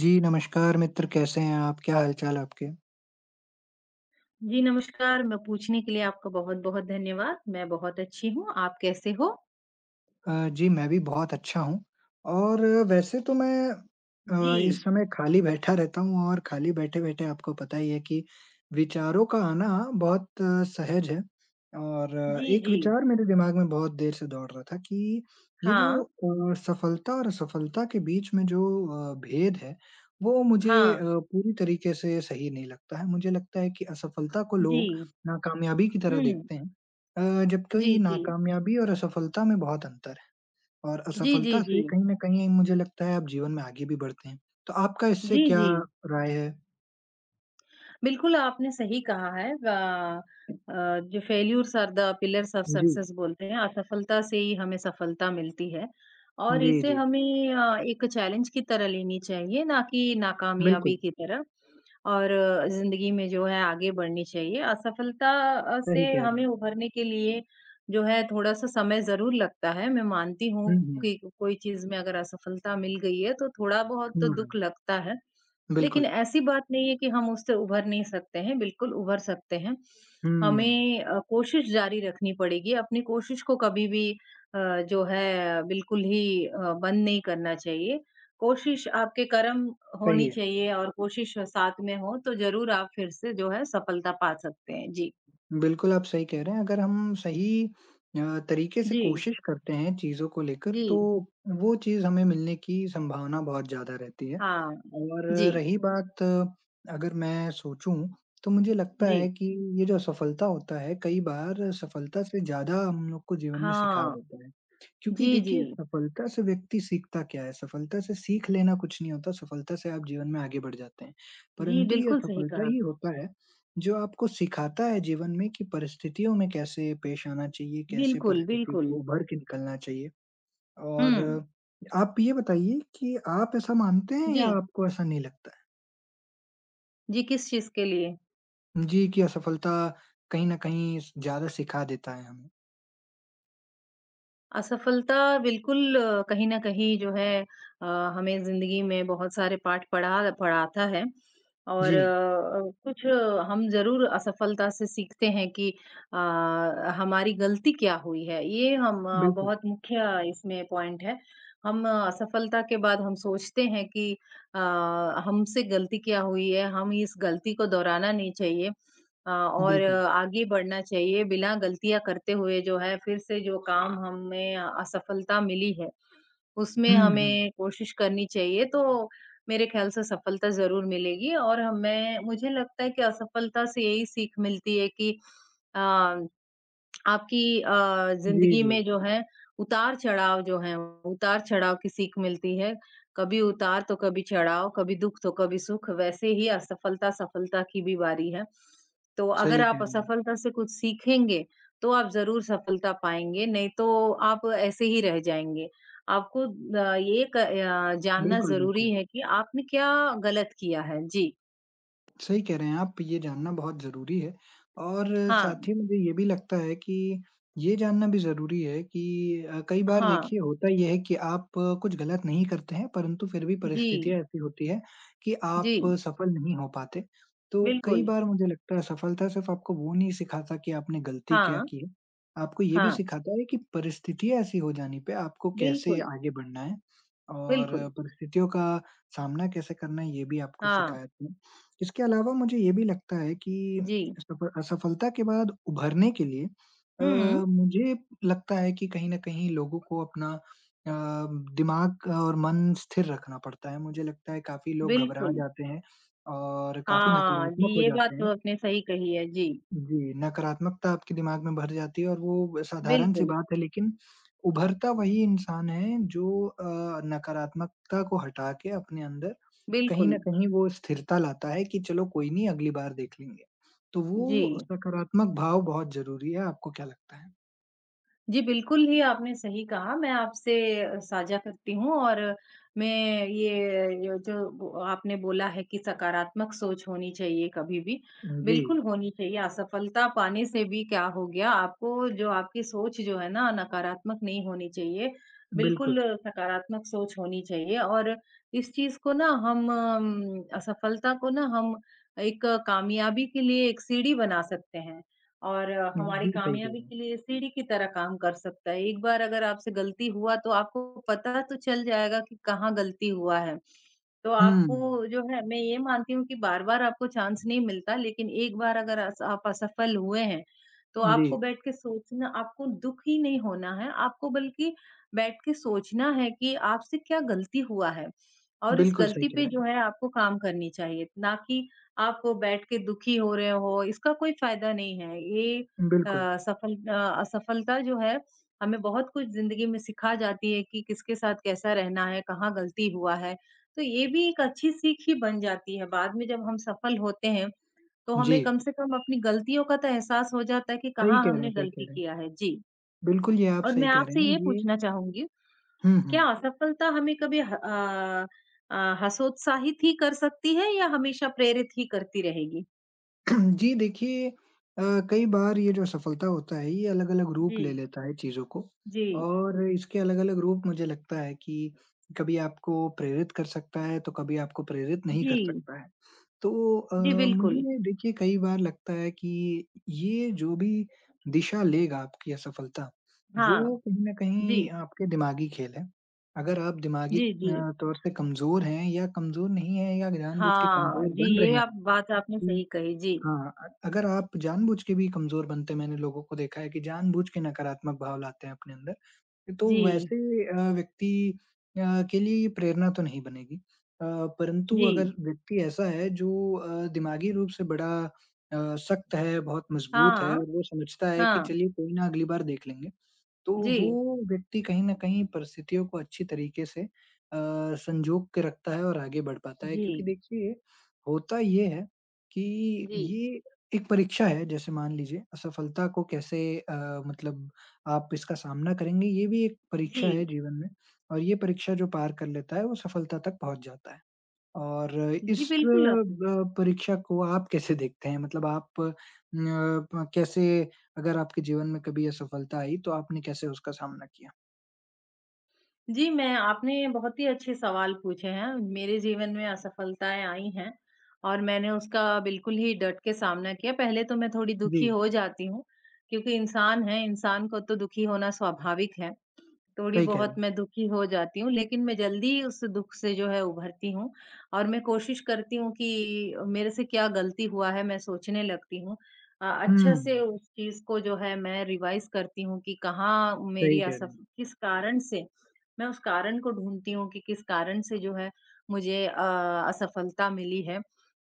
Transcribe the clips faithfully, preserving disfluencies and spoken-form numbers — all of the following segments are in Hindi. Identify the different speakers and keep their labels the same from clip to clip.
Speaker 1: जी, नमस्कार मित्र, कैसे हैं आप? क्या हालचाल आपके?
Speaker 2: जी, नमस्कार। मैं पूछने के लिए आपका बहुत-बहुत धन्यवाद। मैं बहुत अच्छी हूँ, आप कैसे हो?
Speaker 1: अ, जी, मैं भी बहुत अच्छा हूँ और वैसे तो मैं अ,
Speaker 2: जी।
Speaker 1: इस समय खाली बैठा रहता हूँ और खाली बैठे-बैठे आपको पता ही है कि विचारों का आना बहुत अ, सहज है और अ,
Speaker 2: जी,
Speaker 1: एक
Speaker 2: जी।
Speaker 1: विचार मेरे दिमाग में बहुत देर से दौड़ रहा था कि ये जो
Speaker 2: हाँ,
Speaker 1: अ, सफलता और असफलता के बीच में जो अ, भेद है, वो मुझे अ,
Speaker 2: हाँ।
Speaker 1: पूरी तरीके से सही नहीं लगता है। मुझे लगता है कि असफलता को
Speaker 2: जी।
Speaker 1: लोग नाकामयाबी की तरह
Speaker 2: हुँ।
Speaker 1: देखते हैं। अ,
Speaker 2: जी,
Speaker 1: जबकि
Speaker 2: जी।
Speaker 1: नाकामयाबी और असफलता में बहुत अंतर है। और
Speaker 2: जी, जी,
Speaker 1: असफलता
Speaker 2: जी।
Speaker 1: से कहीं न कहीं मुझे लगता है आप जीवन में आगे भी बढ़ते हैं। तो आपका इससे
Speaker 2: जी,
Speaker 1: क्या
Speaker 2: जी।
Speaker 1: राय है?
Speaker 2: बिल्कुल, आपने सही कहा है। अ अ, जो failures are the pillars of
Speaker 1: जी।
Speaker 2: सक्सेस बोलते हैं, असफलता से ही हमें सफलता मिलती है और
Speaker 1: जी,
Speaker 2: इसे
Speaker 1: जी।
Speaker 2: हमें अ, एक चैलेंज की तरह लेनी चाहिए, ना कि नाकामयाबी
Speaker 1: बिल्कुल,
Speaker 2: की तरह। और ज़िंदगी में जो है आगे बढ़नी चाहिए। असफलता अ, से
Speaker 1: सही कह रहे
Speaker 2: हमें
Speaker 1: हैं।
Speaker 2: उभरने के लिए जो है थोड़ा-सा समय ज़रूर लगता है। मैं मानती हूँ
Speaker 1: हुँ, हुँ।
Speaker 2: कि कोई चीज़ में अगर असफलता मिल गई है तो थोड़ा बहुत
Speaker 1: हुँ,
Speaker 2: तो
Speaker 1: हुँ।
Speaker 2: दुःख लगता है। लेकिन
Speaker 1: बिल्कुल।
Speaker 2: ऐसी बात नहीं है कि हम उससे उभर नहीं सकते हैं, बिल्कुल उभर सकते हैं।
Speaker 1: हुँ,
Speaker 2: हमें अ, कोशिश जारी रखनी पड़ेगी, अपनी कोशिश को कभी भी अ, जो है बिल्कुल ही अ, बंद नहीं करना चाहिए। कोशिश आपके कर्म
Speaker 1: सही
Speaker 2: होनी
Speaker 1: है।
Speaker 2: चाहिए और कोशिश साथ में हो तो ज़रूर आप फिर से जो है सफलता पा सकते हैं। जी।
Speaker 1: बिल्कुल, आप सही कह रहे हैं। अगर हम सही अ, तरीके से
Speaker 2: जी,
Speaker 1: कोशिश करते हैं चीज़ों को लेकर
Speaker 2: जी।
Speaker 1: तो वो चीज़ हमें मिलने की संभावना बहुत ज़्यादा रहती है।
Speaker 2: हाँ।
Speaker 1: और
Speaker 2: जी,
Speaker 1: रही बात अगर मैं सोचूँ तो मुझे लगता
Speaker 2: जी।
Speaker 1: है कि ये जो असफलता होता है कई बार सफलता से ज़्यादा हम लोग को जीवन में सिखा
Speaker 2: हाँ।
Speaker 1: देता है। क्योंकि
Speaker 2: जी,
Speaker 1: देखिए
Speaker 2: जी।
Speaker 1: सफलता से व्यक्ति सीखता क्या है? सफलता से सीख लेना कुछ नहीं होता, सफलता से आप जीवन में आगे बढ़ जाते हैं।
Speaker 2: जी,
Speaker 1: परंतु ये
Speaker 2: बिल्कुल सही
Speaker 1: असफलता
Speaker 2: कहा।
Speaker 1: ही होता है जो आपको सिखाता है जीवन में कि परिस्थितियों में कैसे पेश आना चाहिए, कैसे
Speaker 2: बिल्कुल,
Speaker 1: परिस्थितियों
Speaker 2: बिल्कुल।
Speaker 1: को उभर के निकलना चाहिए? और
Speaker 2: हुँ।
Speaker 1: आप ये बताइए कि आप ऐसा मानते हैं या
Speaker 2: जी।
Speaker 1: आपको ऐसा नहीं लगता है?
Speaker 2: जी, किस चीज़ के लिए?
Speaker 1: जी, कि असफलता कहीं न कहीं स ज़्यादा सिखा देता है हमें।
Speaker 2: असफलता बिल्कुल अ, कहीं न कहीं जो है अ, हमें ज़िंदगी में बहुत सारे पाठ पढ़ा पढ़ाता है और
Speaker 1: जी,
Speaker 2: अ, कुछ अ, हम ज़रूर असफलता से सीखते हैं कि अ, हमारी गलती क्या हुई है। ये हम अ,
Speaker 1: बिल्कुल,
Speaker 2: बहुत मुख्य इसमें पॉइंट है। हम अ, असफलता के बाद हम सोचते हैं कि अ, हमसे गलती क्या हुई है, हम इस गलती को दोहराना नहीं चाहिए। अ, और
Speaker 1: बिल्कुल।
Speaker 2: आगे बढ़ना चाहिए बिना गलतियाँ करते हुए जो है फिर से जो काम हमें असफलता मिली है, उसमें
Speaker 1: हुँ, हुँ।
Speaker 2: हमें कोशिश करनी चाहिए तो मेरे ख़्याल से सफलता ज़रूर मिलेगी और हमें मुझे लगता है कि असफलता से यही सीख मिलती है कि अ आपकी अ,
Speaker 1: जी,
Speaker 2: ज़िंदगी
Speaker 1: जी।
Speaker 2: में जो है उतार-चढ़ाव जो हैं, उतार-चढ़ाव की सीख मिलती है। कभी उतार तो कभी चढ़ाव, कभी दुःख तो कभी सुख, वैसे ही असफलता-सफलता की भी बारी है। तो अगर
Speaker 1: सही
Speaker 2: आप
Speaker 1: कह रहे हैं।
Speaker 2: असफलता से कुछ सीखेंगे, तो आप ज़रूर सफलता पाएँगे, नहीं तो आप ऐसे ही रह जाएँगे। आपको अ, ये क अ, जानना
Speaker 1: बिल्कुल,
Speaker 2: ज़रूरी
Speaker 1: बिल्कुल।
Speaker 2: है कि आपने क्या गलत किया है। जी,
Speaker 1: सही कह रहे हैं आप, ये जानना बहुत ज़रूरी है और
Speaker 2: हाँ,
Speaker 1: साथ ही मुझे ये भी लगता है कि ये जानना भी ज़रूरी है कि अ, कई बार
Speaker 2: हाँ,
Speaker 1: देखिए होता ये है कि आप अ, कुछ गलत नहीं करते हैं, परंतु फिर भी
Speaker 2: जी,
Speaker 1: परिस्थितियाँ ऐसी होती हैं कि आप
Speaker 2: जी,
Speaker 1: अ, सफल नहीं हो पाते। तो कई
Speaker 2: बिल्कुल।
Speaker 1: बार मुझे लगता है सफलता सिर्फ़ आपको वो नहीं सिखाता कि आपने गलती क्या
Speaker 2: हाँ,
Speaker 1: की है, आपको ये भी
Speaker 2: हाँ,
Speaker 1: सिखाता है कि परिस्थितियाँ ऐसी हो जाने पे आपको कैसे
Speaker 2: बिल्कुल।
Speaker 1: आगे बढ़ना है और
Speaker 2: बिल्कुल,
Speaker 1: अ, परिस्थितियों का सामना कैसे करना है, ये भी आपको
Speaker 2: हाँ,
Speaker 1: सिखाया। इसके अलावा मुझे ये भी लगता है कि
Speaker 2: जी।
Speaker 1: सफल असफलता के बाद उभरने के लिए अ,
Speaker 2: हुँ,
Speaker 1: मुझे लगता है कि कहीं न कहीं लोगों को अपना अ, दिमाग और मन स्थिर रखना पड़ता है। मुझे लगता है काफ़ी लोग घबरा
Speaker 2: बिल्कुल।
Speaker 1: जाते हैं और काफ़ी
Speaker 2: हाँ, जी,
Speaker 1: नकारात्मक हो
Speaker 2: ये बात
Speaker 1: जाते
Speaker 2: तो
Speaker 1: हैं।
Speaker 2: आपने सही कही है। जी,
Speaker 1: जी, नकारात्मकता आपके दिमाग में भर जाती है और वो साधारण सी
Speaker 2: बिल्कुल,
Speaker 1: बात है लेकिन उभरता वही इंसान है जो अ, नकारात्मकता को हटा के अपने अंदर कहीं न
Speaker 2: बिल्कुल।
Speaker 1: कहीं वो स्थिरता लाता है कि चलो कोई नहीं अगली बार देख लेंगे। तो
Speaker 2: जी।
Speaker 1: वो सकारात्मक भाव बहुत ज़रूरी है, आपको क्या लगता है?
Speaker 2: जी, बिल्कुल ही आपने सही कहा। मैं आपसे अ, साझा करती हूँ और मैं ये ये जो बो आपने बोला है कि सकारात्मक सोच होनी चाहिए कभी भी,
Speaker 1: जी,
Speaker 2: बिल्कुल होनी चाहिए। असफलता पाने से भी क्या हो गया, आपको जो आपकी सोच जो है ना नकारात्मक नहीं होनी चाहिए।
Speaker 1: बिल्कुल।
Speaker 2: बिल्कुल अ, सकारात्मक सोच होनी चाहिए और इस चीज़ को ना हम अम, असफलता को ना हम एक अ, कामयाबी के लिए एक सीढ़ी बना सकते हैं। और अ, हमारी
Speaker 1: जी, सही कह
Speaker 2: कामयाबी
Speaker 1: रहे हैं।
Speaker 2: के लिए सीढ़ी की तरह काम कर सकता है। एक बार अगर आपसे गलती हुआ तो आपको पता तो चल जाएगा कि कहाँ गलती हुआ है। तो
Speaker 1: हुँ,
Speaker 2: आपको जो है मैं ये मानती हूँ कि बार-बार आपको चांस नहीं मिलता लेकिन एक बार अगर अस आप असफल हुए हैं, तो
Speaker 1: जी,
Speaker 2: आपको बैठ के सोचना आपको दुःख ही नहीं होना है, आपको बल्कि बैठ के सोचना है कि आपसे क्या गलती हुआ है और इस
Speaker 1: बिल्कुल सही
Speaker 2: गलती
Speaker 1: कह
Speaker 2: पे
Speaker 1: रहे
Speaker 2: जो है आपको काम करनी चाहिए, ना कि आप बैठ के दुखी हो रहे हो, इसका कोई फ़ायदा नहीं है। ये
Speaker 1: हैं।
Speaker 2: अ,
Speaker 1: बिल्कुल,
Speaker 2: सफल अ, असफलता जो है, हमें बहुत कुछ ज़िंदगी में सिखा जाती है कि किसके साथ कैसा रहना है, कहाँ गलती हुआ है। तो ये भी एक अच्छी सीख ही बन जाती है। बाद में जब हम सफल होते हैं, तो
Speaker 1: जी,
Speaker 2: हमें कम से कम अपनी गलतियों का तो एहसास हो जाता है कि
Speaker 1: सही
Speaker 2: कहाँ
Speaker 1: कह रहे हैं
Speaker 2: हमने
Speaker 1: सही कह
Speaker 2: गलती
Speaker 1: रहे हैं।
Speaker 2: किया है। जी,
Speaker 1: बिल्कुल, ये आप
Speaker 2: और मैं
Speaker 1: सही कह रहे
Speaker 2: आपसे
Speaker 1: हैं,
Speaker 2: ये
Speaker 1: ये
Speaker 2: पूछना चाहूँगी,
Speaker 1: हुँ,
Speaker 2: क्या
Speaker 1: हुँ।
Speaker 2: असफलता हमें कभी ह अ अ, हतोत्साहित ही कर सकती है या हमेशा प्रेरित ही करती रहेगी?
Speaker 1: जी देखिए अ, कई बार ये जो सफलता होता है ये अलग-अलग
Speaker 2: जी।
Speaker 1: रूप ले लेता है चीज़ों को
Speaker 2: जी,
Speaker 1: और इसके अलग-अलग रूप मुझे लगता है कि कभी आपको प्रेरित कर सकता है, तो कभी आपको प्रेरित नहीं
Speaker 2: जी।
Speaker 1: कर सकता है। तो अ,
Speaker 2: जी, बिल्कुल।
Speaker 1: मुझे देखिए कई बार लगता है कि ये जो भी दिशा लेगा आपकी असफलता,
Speaker 2: हाँ,
Speaker 1: वो कहीं न
Speaker 2: जी,
Speaker 1: कहीं आपके दिमागी खेल है। अगर आप दिमागी
Speaker 2: जी, जी।
Speaker 1: अ, तौर से कमज़ोर हैं या कमज़ोर नहीं हैं या जानबूझ के
Speaker 2: हाँ,
Speaker 1: कमज़ोर
Speaker 2: जी,
Speaker 1: बन
Speaker 2: ये
Speaker 1: रहे
Speaker 2: आप
Speaker 1: हैं
Speaker 2: बात आपने
Speaker 1: कि
Speaker 2: सही कही। जी,
Speaker 1: हाँ, अ अगर आप जानबूझ के भी कमज़ोर बनते हैं, मैंने लोगों को देखा है कि जानबूझ के नकारात्मक भाव लाते हैं अपने अंदर, तो
Speaker 2: जी,
Speaker 1: वैसे अ, व्यक्ति अ, के लिए ये प्रेरणा तो नहीं बनेगी। अ, परंतु
Speaker 2: जी।
Speaker 1: अगर व्यक्ति ऐसा है जो अ, दिमागी रूप से बड़ा अ, सख्त है, बहुत मज़बूत है
Speaker 2: हाँ,
Speaker 1: और वो समझता है कि
Speaker 2: हाँ।
Speaker 1: चलिए कोई ना अगली बार देख लेंगे। तो
Speaker 2: जी,
Speaker 1: वो व्यक्ति कहीं न कहीं परिस्थितियों को अच्छी तरीके से अ, संजो के रखता है और आगे बढ़ पाता है क्योंकि
Speaker 2: जी,
Speaker 1: देखिए, होता ये है कि
Speaker 2: जी,
Speaker 1: ये एक परीक्षा है, जैसे मान लीजिए असफलता को कैसे अ, मतलब आप इसका सामना करेंगे, ये भी एक
Speaker 2: जी।
Speaker 1: परीक्षा है जीवन में और ये परीक्षा जो पार कर लेता है, वो सफलता तक पहुँच जाता है। और
Speaker 2: जी,
Speaker 1: इस
Speaker 2: बिल्कुल आपने।
Speaker 1: ब परीक्षा को आप कैसे देखते हैं? मतलब आप अ, प कैसे अगर आपके जीवन में कभी असफलता आई तो आपने कैसे उसका सामना किया?
Speaker 2: जी, मैं आपने बहुत ही अच्छे सवाल पूछे हैं। मेरे जीवन में असफलताएँ आई हैं और मैंने उसका बिल्कुल ही डट के सामना किया। पहले तो मैं थोड़ी
Speaker 1: जी,
Speaker 2: दुखी हो जाती हूँ, क्योंकि इंसान हैं, इंसान को तो दुखी होना स्वाभाविक है। थोड़ी
Speaker 1: सही कह रहे
Speaker 2: बहुत
Speaker 1: हैं।
Speaker 2: मैं दुखी हो जाती हूँ, लेकिन मैं जल्दी उस दुःख से जो है उभरती हूँ और मैं कोशिश करती हूँ कि मेरे से क्या गलती हुआ है, मैं सोचने लगती हूँ। अ,
Speaker 1: हुँ,
Speaker 2: अच्छे से उस चीज़ को जो है मैं रिवाइज़ करती हूँ कि कहाँ मेरी
Speaker 1: सही कह रहे
Speaker 2: असफ
Speaker 1: हैं।
Speaker 2: किस कारण से मैं उस कारण को ढूँढती हूँ कि किस कारण से जो है मुझे अ, असफलता मिली है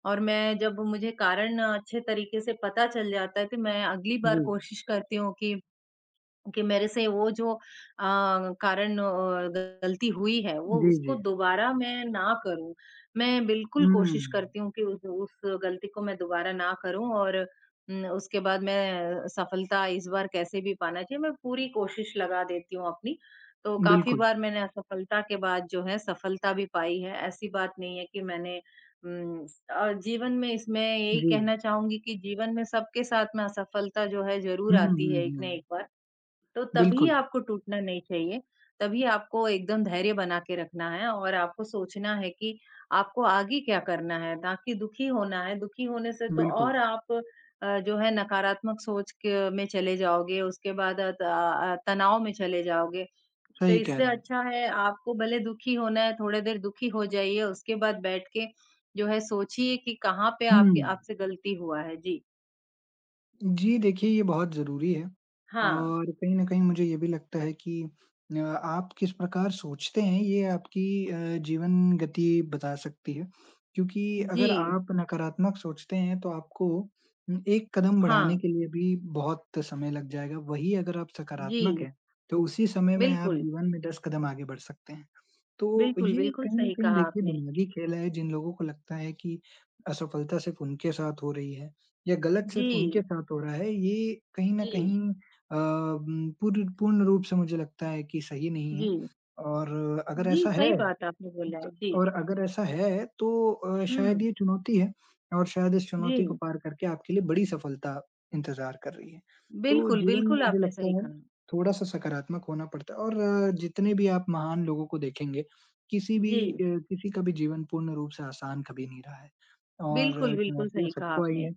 Speaker 2: और मैं जब मुझे कारण अच्छे तरीके से पता चल जाता है, तो मैं अगली बार
Speaker 1: जी,
Speaker 2: कोशिश करती हूँ कि कि मेरे से वो जो अ, कारण अ, गलती हुई है, वो
Speaker 1: जी,
Speaker 2: उसको
Speaker 1: जी।
Speaker 2: दोबारा मैं ना करूँ। मैं बिल्कुल
Speaker 1: हुँ,
Speaker 2: कोशिश करती हूँ कि उस उस गलती को मैं दोबारा ना करूँ और उम, उसके बाद मैं सफलता इस बार कैसे भी पाना चाहिए, मैं पूरी कोशिश लगा देती हूँ अपनी। तो काफ़ी
Speaker 1: बिल्कुल।
Speaker 2: बार मैंने असफलता के बाद जो है सफलता भी पाई है, ऐसी बात नहीं है कि मैंने उम, अ, जीवन में इसमें यही
Speaker 1: जी।
Speaker 2: कहना चाहूँगी कि जीवन में सबके साथ में असफलता जो है ज़रूर
Speaker 1: हुँ,
Speaker 2: आती है
Speaker 1: हुँ,
Speaker 2: एक ना एक
Speaker 1: हुँ।
Speaker 2: बार। तो तभी
Speaker 1: बिल्कुल,
Speaker 2: आपको टूटना नहीं चाहिए। तभी आपको एकदम धैर्य बना के रखना है और आपको सोचना है कि आपको आगे क्या करना है, ना कि दुखी होना है। दुखी होने से तो
Speaker 1: बिल्कुल,
Speaker 2: और आप अ, जो है नकारात्मक सोच के में चले जाओगे, उसके बाद अ, त अ, तनाव में चले जाओगे। तो
Speaker 1: सही कह
Speaker 2: इससे
Speaker 1: रहे हैं।
Speaker 2: अच्छा है आपको भले दुखी होना है, थोड़ी देर दुखी हो जाइए, उसके बाद बैठ के जो है सोचिए कि कहाँ पे
Speaker 1: हुँ।
Speaker 2: आपके आपसे गलती हुआ है। जी।
Speaker 1: जी, देखिए ये बहुत ज़रूरी है
Speaker 2: हाँ।
Speaker 1: और कहीं न कहीं मुझे ये भी लगता है कि अ, आप किस प्रकार सोचते हैं ये आपकी अ, जीवन गति बता सकती है। क्योंकि
Speaker 2: जी।
Speaker 1: अगर आप नकारात्मक सोचते हैं तो आपको उम, एक कदम बढ़ाने
Speaker 2: हाँ।
Speaker 1: के लिए भी बहुत समय लग जाएगा, वहीं अगर आप सकारात्मक
Speaker 2: जी,
Speaker 1: हैं, तो उसी समय में आप
Speaker 2: बिल्कुल।
Speaker 1: जीवन में दस कदम आगे बढ़ सकते हैं। तो
Speaker 2: बिल्कुल,
Speaker 1: ये
Speaker 2: बिल्कुल
Speaker 1: कहीं न
Speaker 2: सही
Speaker 1: कहीं
Speaker 2: कहा
Speaker 1: देखिए
Speaker 2: आपने।
Speaker 1: दिमागी खेल है जिन लोगों को लगता है कि असफलता सिर्फ़ उनके साथ हो रही है या गलत सिर्फ़ उनके
Speaker 2: जी,
Speaker 1: साथ हो रहा है, ये कहीं न
Speaker 2: जी,
Speaker 1: कहीं अ, उम, पूर पूर्ण रूप से मुझे लगता है कि सही नहीं है
Speaker 2: जी,
Speaker 1: और अगर
Speaker 2: जी,
Speaker 1: ऐसा
Speaker 2: सही
Speaker 1: है
Speaker 2: बात आपने बोला है।
Speaker 1: त
Speaker 2: जी,
Speaker 1: और अगर ऐसा है तो अ, शायद
Speaker 2: हुँ,
Speaker 1: ये चुनौती है और शायद इस चुनौती को
Speaker 2: जी,
Speaker 1: पार करके आपके लिए बड़ी सफलता इंतज़ार कर रही है। तो
Speaker 2: बिल्कुल,
Speaker 1: जीवन में
Speaker 2: बिल्कुल
Speaker 1: मुझे
Speaker 2: आपने
Speaker 1: लगता
Speaker 2: सही
Speaker 1: है
Speaker 2: कहा।
Speaker 1: थोड़ा-सा सकारात्मक होना पड़ता है और अ, जितने भी आप महान लोगों को देखेंगे, किसी भी
Speaker 2: जी,
Speaker 1: अ, किसी का भी जीवन पूर्ण रूप से आसान कभी नहीं रहा है
Speaker 2: बिल्कुल,
Speaker 1: और
Speaker 2: बिल्कुल
Speaker 1: चुनौतियाँ
Speaker 2: सही कहा
Speaker 1: सबको आई
Speaker 2: आपने।
Speaker 1: है।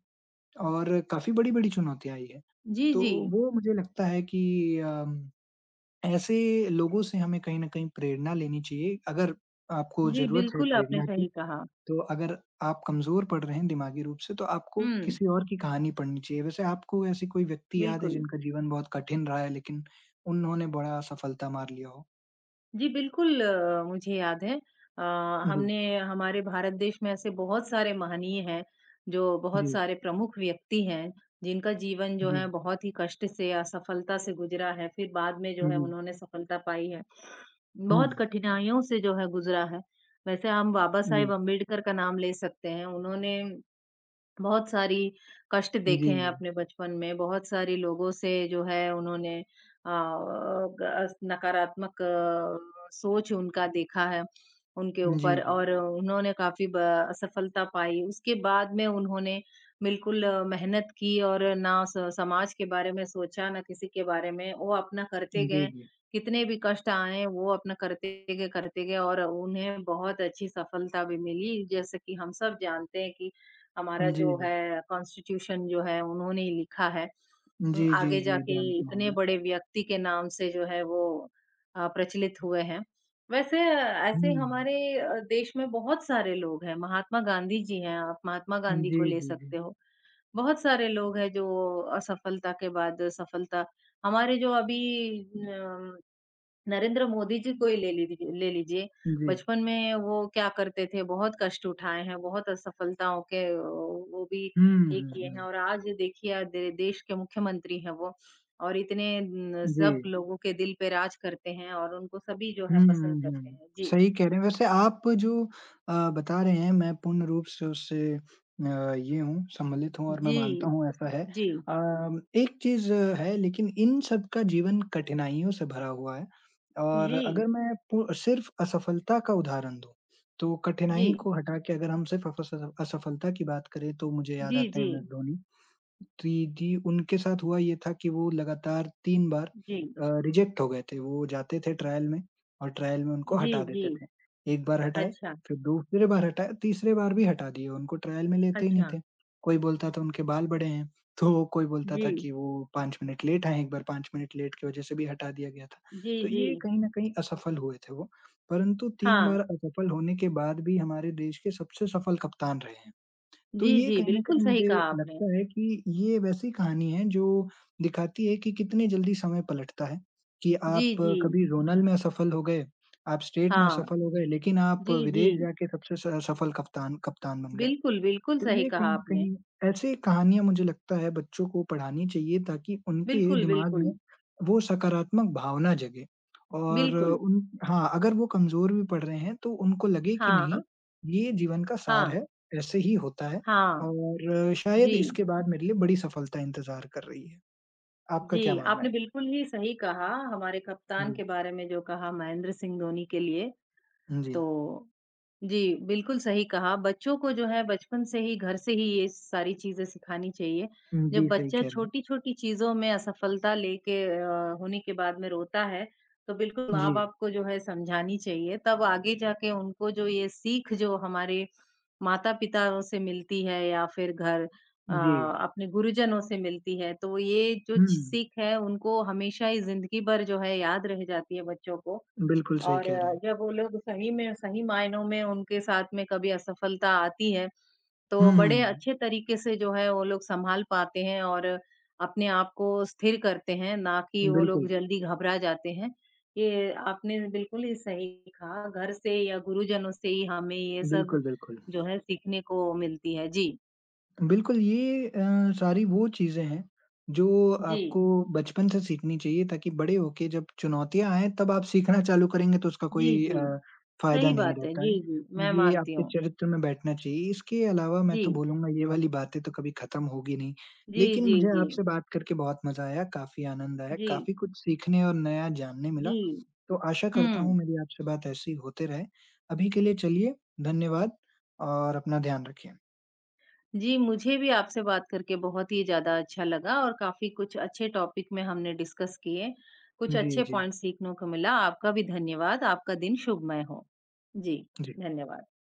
Speaker 1: और काफ़ी बड़ी-बड़ी चुनौतियाँ आई है।
Speaker 2: जी,
Speaker 1: तो
Speaker 2: जी,
Speaker 1: वो मुझे लगता है कि अम, ऐसे लोगों से हमें कहीं न कहीं प्रेरणा लेनी चाहिए। अगर आपको
Speaker 2: जी,
Speaker 1: ज़रूरत है
Speaker 2: बिल्कुल आपने
Speaker 1: प्रेरणा की,
Speaker 2: सही कहा।
Speaker 1: तो अगर आप कमज़ोर पड़ रहे हैं दिमागी रूप से, तो आपको
Speaker 2: हुँ,
Speaker 1: किसी और की कहानी पढ़नी चाहिए। वैसे आपको ऐसी कोई व्यक्ति याद है
Speaker 2: बिल्कुल।
Speaker 1: जिनका जीवन बहुत कठिन रहा है, लेकिन उन्होंने बड़ा सफलता मार लिया हो?
Speaker 2: जी, बिल्कुल अ, मुझे याद है। अ,
Speaker 1: जी,
Speaker 2: हमने हमारे भारत देश में ऐसे बहुत सारे महनीय हैं, जो बहुत
Speaker 1: जी,
Speaker 2: सारे प्रमुख व्यक्ति हैं, जिनका जीवन जो
Speaker 1: जी,
Speaker 2: है बहुत ही कष्ट से, असफलता से गुज़रा है, फिर बाद में जो है
Speaker 1: जी,
Speaker 2: उन्होंने सफलता पाई है।
Speaker 1: हुँ,
Speaker 2: बहुत कठिनाइयों से जो है गुज़रा है। वैसे हम बाबा साहेब
Speaker 1: जी,
Speaker 2: अम्बेडकर का नाम ले सकते हैं। उन्होंने बहुत सारी कष्ट देखे
Speaker 1: जी,
Speaker 2: हैं अपने बचपन में, बहुत सारे लोगों से जो है उन्होंने अ, ग नकारात्मक अ, सोच उनका देखा है, उनके
Speaker 1: जी,
Speaker 2: ऊपर
Speaker 1: जी, जी,
Speaker 2: और उन्होंने काफ़ी ब असफलता पाई। उसके बाद में उन्होंने बिल्कुल आ, मेहनत की और ना स समाज के बारे में सोचा, ना किसी के बारे में, वो अपना करते
Speaker 1: जी, जी,
Speaker 2: गए।
Speaker 1: जी,
Speaker 2: कितने भी कष्ट आए, वो अपना करते गए, करते गए और उन्हें बहुत अच्छी सफलता भी मिली। जैसे कि हम सब जानते हैं कि हमारा जो है कॉन्स्टिट्यूशन जो है उन्होंने ही लिखा है।
Speaker 1: जी,
Speaker 2: उम,
Speaker 1: जी,
Speaker 2: आगे
Speaker 1: जी, जी,
Speaker 2: जाके
Speaker 1: जानता हूँ
Speaker 2: इतने
Speaker 1: मैं।
Speaker 2: बड़े व्यक्ति के नाम से जो है वो अ, प्रचलित हुए हैं। वैसे ऐसे
Speaker 1: हुँ।
Speaker 2: हमारे अ, देश में बहुत सारे लोग हैं, महात्मा गांधी जी हैं, आप महात्मा गांधी
Speaker 1: जी,
Speaker 2: को ले
Speaker 1: जी, जी।
Speaker 2: सकते हो। बहुत सारे लोग हैं जो असफलता के बाद सफलता हमारे जो अभी अ, नरेंद्र मोदी जी को ही ले लीजिए ले लीजिए।
Speaker 1: जी।
Speaker 2: बचपन में वो क्या करते थे, बहुत कष्ट उठाए हैं, बहुत असफलताओं के अ, वो भी
Speaker 1: हुँ,
Speaker 2: ये
Speaker 1: हुँ,
Speaker 2: किए हैं
Speaker 1: हुँ।
Speaker 2: और आज देखिए अ, दे देश के मुख्यमंत्री हैं वो और इतने न
Speaker 1: जी।
Speaker 2: सब लोगों के दिल पे राज करते हैं और उनको सभी जो है
Speaker 1: हुँ,
Speaker 2: पसंद
Speaker 1: हुँ,
Speaker 2: करते
Speaker 1: हुँ।
Speaker 2: हैं। जी।
Speaker 1: सही कह रहे हैं। वैसे आप जो अ, बता रहे हैं मैं पूर्ण रूप से उससे अ, ये हूँ सम्मिलित हूँ और मैं
Speaker 2: जी,
Speaker 1: मानता हूँ ऐसा है।
Speaker 2: जी,
Speaker 1: अ, एक चीज़ है लेकिन इन सब का जीवन कठिनाइयों से भरा हुआ है और
Speaker 2: जी,
Speaker 1: अगर मैं पू सिर्फ़ असफलता का उदाहरण दूँ, तो
Speaker 2: जी,
Speaker 1: कठिनाई को हटा के अगर हम सिर्फ़ अफस असफलता की बात करें तो मुझे याद
Speaker 2: जी,
Speaker 1: आते
Speaker 2: जी,
Speaker 1: हैं एम एस धोनी। जी, जी, उनके साथ हुआ ये था कि वो लगातार तीन बार
Speaker 2: जी,
Speaker 1: अ, रिजेक्ट हो गए थे। वो जाते थे ट्रायल में और ट्रायल में उनको
Speaker 2: जी,
Speaker 1: हटा
Speaker 2: जी।
Speaker 1: देते थे। एक बार हटाए,
Speaker 2: अच्छा,
Speaker 1: फिर दूसरे बार हटाए, तीसरे बार भी हटा दिए, उनको ट्रायल में लेते ही नहीं
Speaker 2: अच्छा।
Speaker 1: थे। कोई बोलता था उनके बाल बड़े हैं, तो कोई बोलता था
Speaker 2: जी,
Speaker 1: कि वो पाँच मिनट लेट आए, एक बार पाँच मिनट लेट की वजह से भी हटा दिया गया था।
Speaker 2: जी,
Speaker 1: तो
Speaker 2: जी।
Speaker 1: ये कहीं न कहीं असफल हुए थे वो, परंतु तीन बार
Speaker 2: हाँ।
Speaker 1: असफल होने के बाद भी हमारे देश के सबसे सफल कप्तान रहे हैं। तो
Speaker 2: जी,
Speaker 1: ये
Speaker 2: जी,
Speaker 1: कहीं न
Speaker 2: बिल्कुल
Speaker 1: कहीं
Speaker 2: सही
Speaker 1: मुझे
Speaker 2: कहा आपने।
Speaker 1: लगता है कि ये वैसी कहानी है जो दिखाती है कि कितने जल्दी समय पलटता है, कि
Speaker 2: जी,
Speaker 1: आप
Speaker 2: जी।
Speaker 1: कभी ज़ोनल में असफल हो गए, आप स्टेट में
Speaker 2: हाँ,
Speaker 1: असफल हो गए, लेकिन आप
Speaker 2: जी,
Speaker 1: विदेश
Speaker 2: जी।
Speaker 1: जाके सबसे स सफल कप्तान कप्तान बन गए।
Speaker 2: बिल्कुल, बिल्कुल
Speaker 1: तो
Speaker 2: सही
Speaker 1: ये कहीं
Speaker 2: कहा
Speaker 1: न
Speaker 2: आपने।
Speaker 1: कहीं ऐसी कहानियाँ मुझे लगता है बच्चों को पढ़ानी चाहिए ताकि उनके
Speaker 2: बिल्कुल,
Speaker 1: दिमाग
Speaker 2: बिल्कुल,
Speaker 1: में वो सकारात्मक भावना जगे और
Speaker 2: बिल्कुल।
Speaker 1: उन हाँ, अगर वो कमज़ोर भी पढ़ रहे हैं तो उनको लगे कि
Speaker 2: हाँ,
Speaker 1: नहीं, ये जीवन का सार
Speaker 2: हाँ,
Speaker 1: है, ऐसे ही होता है
Speaker 2: हाँ।
Speaker 1: और शायद
Speaker 2: जी,
Speaker 1: इसके बाद मेरे लिए बड़ी सफलता इंतज़ार कर रही है। आपका क्या
Speaker 2: जी,
Speaker 1: मानना
Speaker 2: आपने
Speaker 1: है?
Speaker 2: बिल्कुल ही सही कहा हमारे कप्तान
Speaker 1: जी,
Speaker 2: के बारे में जो कहा महेंद्र सिंह धोनी के लिए,
Speaker 1: जी।
Speaker 2: तो जी, बिल्कुल सही कहा। बच्चों को जो है बचपन से ही घर से ही ये सारी चीज़ें सिखानी चाहिए। जब
Speaker 1: जी, सही
Speaker 2: बच्चा
Speaker 1: कह रहे हैं।
Speaker 2: छोटी-छोटी चीज़ों में असफलता लेके अ, होने के बाद में रोता है, तो बिल्कुल
Speaker 1: जी,
Speaker 2: माँ-बाप को जो है समझानी चाहिए। तब आगे जाके उनको जो ये सीख जो हमारे माता-पिताओं से मिलती है या फिर घर अ,
Speaker 1: जी।
Speaker 2: अपने गुरुजनों से मिलती है, तो ये जो
Speaker 1: हुँ,
Speaker 2: च सीख है उनको हमेशा ही ज़िंदगी भर जो है याद रह जाती है बच्चों को
Speaker 1: बिल्कुल सही
Speaker 2: और
Speaker 1: कह रहे
Speaker 2: अ,
Speaker 1: हैं।
Speaker 2: जब वो लोग सही में सही मायनों में उनके साथ में कभी असफलता आती है, तो
Speaker 1: हुँ,
Speaker 2: बड़े अच्छे तरीके से जो है वो लोग सँभाल पाते हैं और अपने आप को स्थिर करते हैं, ना कि वो लोग
Speaker 1: बिल्कुल,
Speaker 2: जल्दी घबरा जाते हैं। ये आपने बिल्कुल ही सही कहा, घर से या गुरुजनों से ही हमें ये सब
Speaker 1: बिल्कुल, बिल्कुल।
Speaker 2: जो है सीखने को मिलती है। जी,
Speaker 1: बिल्कुल, ये अ, सारी वो चीज़ें हैं जो
Speaker 2: जी,
Speaker 1: आपको बचपन से सीखनी चाहिए ताकि बड़े होके जब चुनौतियाँ आएँ तब आप सीखना चालू करेंगे तो उसका
Speaker 2: जी,
Speaker 1: कोई
Speaker 2: जी।
Speaker 1: अ, फ़ायदा
Speaker 2: सही
Speaker 1: नहीं
Speaker 2: बात है।
Speaker 1: रहता है।
Speaker 2: जी, जी, मैं
Speaker 1: ये
Speaker 2: मानती
Speaker 1: आपके
Speaker 2: हूँ।
Speaker 1: चरित्र में बैठना चाहिए। इसके अलावा मैं तो
Speaker 2: जी,
Speaker 1: बोलूँगा ये वाली बातें तो कभी ख़त्म होगी नहीं।
Speaker 2: जी,
Speaker 1: लेकिन
Speaker 2: जी,
Speaker 1: मुझे
Speaker 2: जी,
Speaker 1: आपसे बात करके बहुत मज़ा आया, काफ़ी आनंद आया,
Speaker 2: जी,
Speaker 1: काफ़ी कुछ सीखने और नया जानने मिला।
Speaker 2: जी।
Speaker 1: तो आशा करता
Speaker 2: हुँ।
Speaker 1: हूँ मेरी आपसे बात ऐसे ही होते रहे। अभी के लिए चलिए धन्यवाद और अपना ध्यान रखिए।
Speaker 2: जी, मुझे भी आपसे बात करके बहुत ही ज़्यादा अच्छा लगा और काफ़ी कुछ अच्छे टॉपिक में हमने डिस्कस किए। कुछ
Speaker 1: जी,
Speaker 2: अच्छे
Speaker 1: जी।
Speaker 2: पॉइंट्स सीखने को मिला। आपका भी धन्यवाद। आपका दिन शुभमय हो। जी,
Speaker 1: जी।
Speaker 2: धन्यवाद।